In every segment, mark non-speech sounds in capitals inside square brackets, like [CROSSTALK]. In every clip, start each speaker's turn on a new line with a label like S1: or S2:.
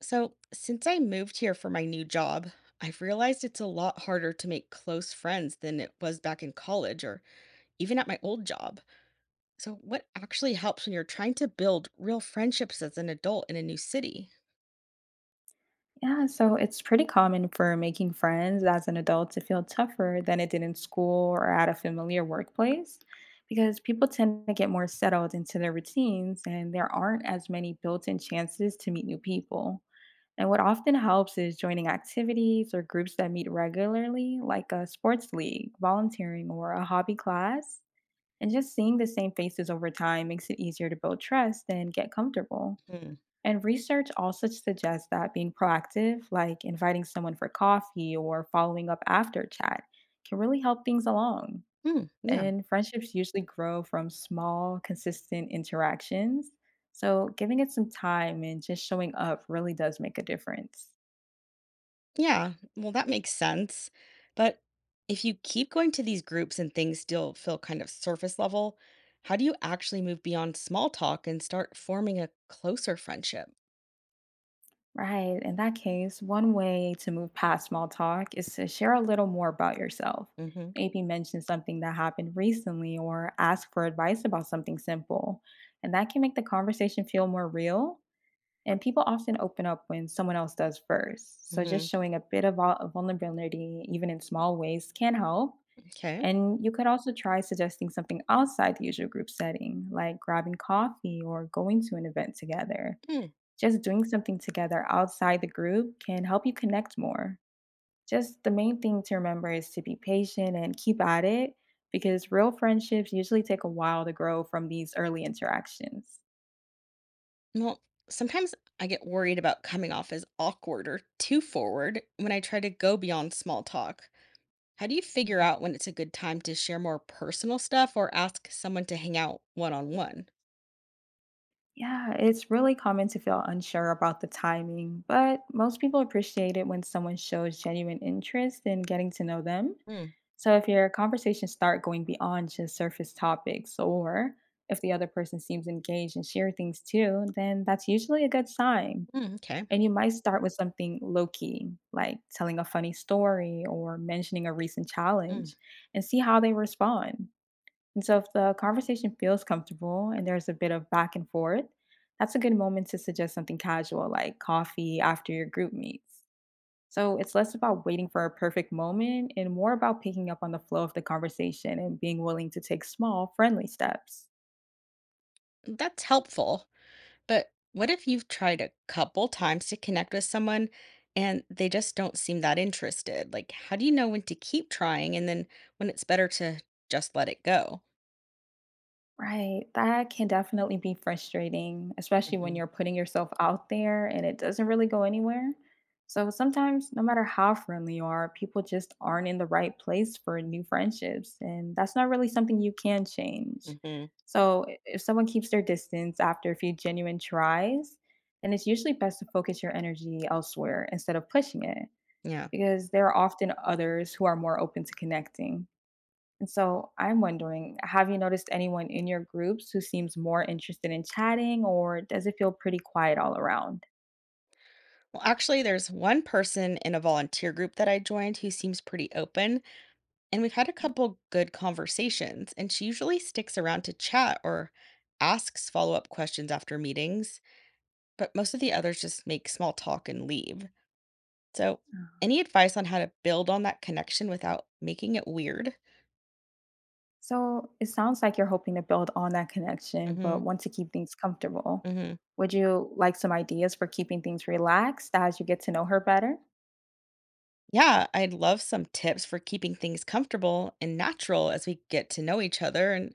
S1: So, since I moved here for my new job, I've realized it's a lot harder to make close friends than it was back in college or even at my old job. So, what actually helps when you're trying to build real friendships as an adult in a new city?
S2: Yeah, so it's pretty common for making friends as an adult to feel tougher than it did in school or at a familiar workplace because people tend to get more settled into their routines and there aren't as many built in chances to meet new people. And what often helps is joining activities or groups that meet regularly, like a sports league, volunteering, or a hobby class. And just seeing the same faces over time makes it easier to build trust and get comfortable.
S1: Hmm.
S2: And research also suggests that being proactive, like inviting someone for coffee or following up after chat, can really help things along.
S1: Hmm. Yeah.
S2: And friendships usually grow from small, consistent interactions. So, giving it some time and just showing up really does make a difference.
S1: Yeah, well, that makes sense. But if you keep going to these groups and things still feel kind of surface level, how do you actually move beyond small talk and start forming a closer friendship?
S2: Right. In that case, one way to move past small talk is to share a little more about yourself.
S1: Hmm,
S2: Maybe mention something that happened recently or ask for advice about something simple. And that can make the conversation feel more real. And people often open up when someone else does first. So
S1: hmm.
S2: just showing a bit of vulnerability, even in small ways, can help.
S1: Okay.
S2: And you could also try suggesting something outside the usual group setting, like grabbing coffee or going to an event together.
S1: Mm.
S2: Just doing something together outside the group can help you connect more. Just the main thing to remember is to be patient and keep at it because real friendships usually take a while to grow from these early interactions.
S1: Well, sometimes I get worried about coming off as awkward or too forward when I try to go beyond small talk. How do you figure
S2: Mhm.
S1: out when it's a good time to share more personal stuff or ask someone to hang out one on one?
S2: Yeah, it's really common to feel unsure about the timing, but most people appreciate it when someone shows genuine interest in getting to know them.
S1: Mm,
S2: So if your conversations start going beyond just surface topics, or if the other person seems engaged and share things too, then that's usually a good sign.
S1: mm, okay.
S2: And you might start with something low key, like telling a funny story or mentioning a recent
S1: Mm.
S2: challenge, and see how they respond. And so, if the conversation feels comfortable and there's a bit of back and forth, that's a good moment to suggest something casual like coffee after your group meets. So it's less about waiting for a perfect moment and more about picking up on the flow of the conversation and being willing to take small, friendly steps.
S1: That's helpful. But what if you've tried a couple times to connect with someone and they just don't seem that interested? Like, how do you know when to keep trying and then when it's better to just let it go?
S2: Right. That can definitely be frustrating, especially when
S1: Hmm,
S2: you're putting yourself out there and it doesn't really go anywhere. So sometimes, no matter how friendly you are, people just aren't in the right place for new friendships. And that's not really something you can change.
S1: hmm.
S2: So if someone keeps their distance after a few genuine tries, then it's usually best to focus your energy elsewhere instead of pushing it,
S1: Yeah.
S2: because there are often others who are more open to connecting. And so I'm wondering, have you noticed anyone in your groups who seems more interested in chatting, or does it feel pretty quiet all around?
S1: Well, actually, there's one person in a volunteer group that I joined who seems pretty open, and we've had a
S2: Mm.
S1: couple good conversations, and she usually sticks around to chat or asks follow up questions after meetings, but most of the others just make small talk and leave. So,
S2: Oh.
S1: any advice on how to build on that connection without making it weird?
S2: So it sounds like you're hoping to build on that connection, but
S1: Hmm,
S2: want to keep things comfortable.
S1: hmm.
S2: Would you like some ideas for keeping things relaxed as you get to know her better?
S1: Yeah, I'd love some tips for keeping things comfortable and natural as we get to know each other. And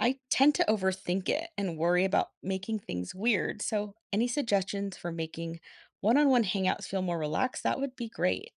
S1: I tend to overthink it and worry about making things weird. So, any suggestions for making one on one hangouts feel more relaxed? That would be great.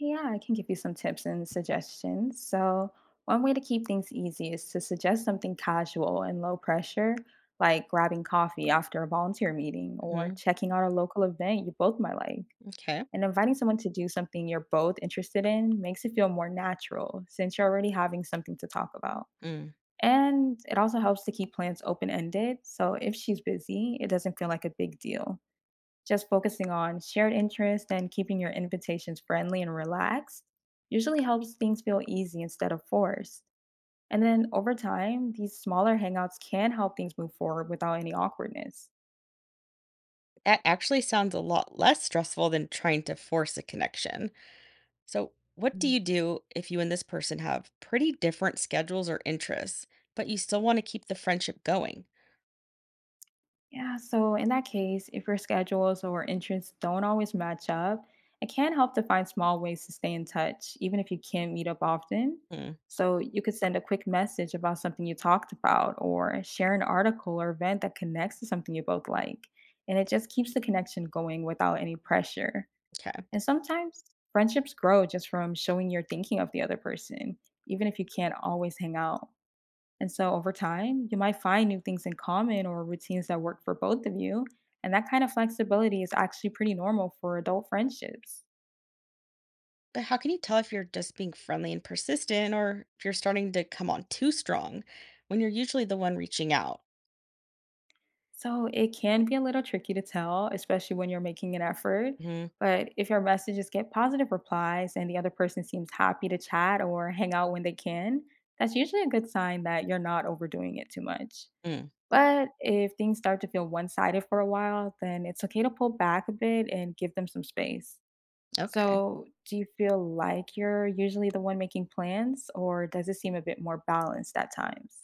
S2: Yeah, I can give you some tips and suggestions. So, one way to keep things easy is to suggest something casual and low pressure, like grabbing coffee after a volunteer meeting or
S1: Hmm.
S2: checking out a local event you both might like.
S1: Okay.
S2: And inviting someone to do something you're both interested in makes it feel more natural since you're already having something to talk about.
S1: Mm.
S2: And it also helps to keep plans open ended. So if she's busy, it doesn't feel like a big deal. Just focusing on shared interests and keeping your invitations friendly and relaxed usually helps things feel easy instead of forced. And then over time, these smaller hangouts can help things move forward without any awkwardness.
S1: That actually sounds a lot less stressful than trying to force a connection. So, what do you do if you and this person have pretty different schedules or interests, but you still want to keep the friendship going?
S2: Yeah, so in that case, if your schedules or interests don't always match up, it can help to find small ways to stay in touch, even if you can't meet up often.
S1: Hmm,
S2: So you could send a quick message about something you talked about, or share an article or event that connects to something you both like. And it just keeps the connection going without any pressure.
S1: okay.
S2: And sometimes friendships grow just from showing you're thinking of the other person, even if you can't always hang out. And so over time, you might find new things in common or routines that work for both of you. And that kind of flexibility is actually pretty normal for adult friendships.
S1: But how can you tell if you're just being friendly and persistent or if you're starting to come on too strong when you're usually the one reaching out?
S2: So it can be a little tricky to tell, especially when you're making an effort.
S1: Hmm.
S2: But if your messages get positive replies and the other person seems happy to chat or hang out when they can, that's usually a good sign that you're not overdoing it too much.
S1: Mm,
S2: But if things start to feel one sided for a while, then it's okay to pull back a bit and give them some space.
S1: okay.
S2: So, do you feel like you're usually the one making plans, or does it seem a bit more balanced at times?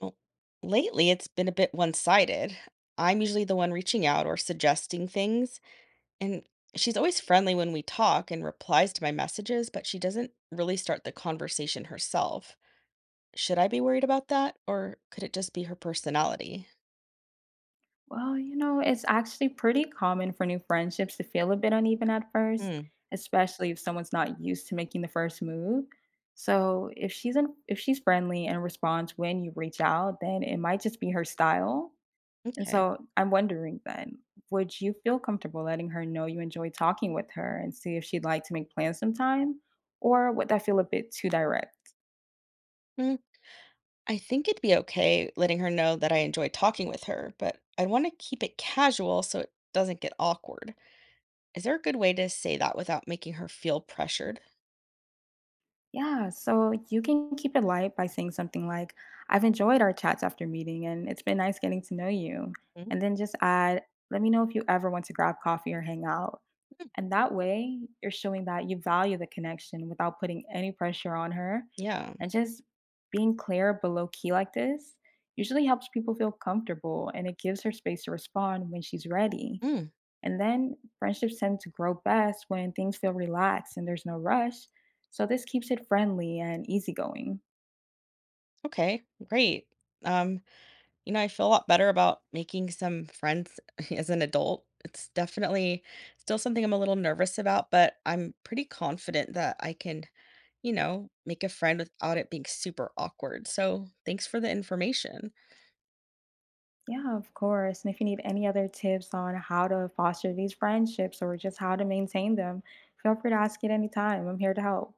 S1: Well, lately it's been a bit one sided. I'm usually the one reaching out or suggesting things. And she's always friendly when we talk and replies to my messages, but she doesn't really start the conversation herself. Should I be worried about that, or could it just be her personality?
S2: Well, you know, it's actually pretty common for new friendships to feel a bit uneven at first,
S1: Hmm.
S2: especially if someone's not used to making the first move. So, if she's friendly and responds when you reach out, then it might just be her style. And
S1: Okay.
S2: so I'm wondering then, would you feel comfortable letting her know you enjoy talking with her and see if she'd like to make plans sometime? Or would that feel a bit too direct?
S1: Mm, I think it'd be okay letting her know that I enjoy talking with her, but I would want to keep it casual so it doesn't get awkward. Is there a good way to say that without making her feel pressured?
S2: Yeah, so you can keep it light by saying something like, I've enjoyed our chats after meeting and it's been nice getting to know you.
S1: Mhm.
S2: And then just add, let me know if you ever want to grab coffee or hang out.
S1: Mm,
S2: And that way, you're showing that you value the connection without putting any pressure on her.
S1: yeah.
S2: And just being clear below key like this usually helps people feel comfortable and it gives her space to respond when she's ready.
S1: Mm,
S2: And then friendships tend to grow best when things feel relaxed and there's no rush. So this keeps it friendly and easygoing.
S1: okay. Great. Um, I feel a lot better about making some friends [LAUGHS] as an adult. It's definitely still something I'm a little nervous about, but I'm pretty confident that I can make a friend without it being super awkward. So thanks for the information.
S2: Yeah, of course. And if you need any other tips on how to foster these friendships or just how to maintain them, feel free to ask at any time. I'm here to help.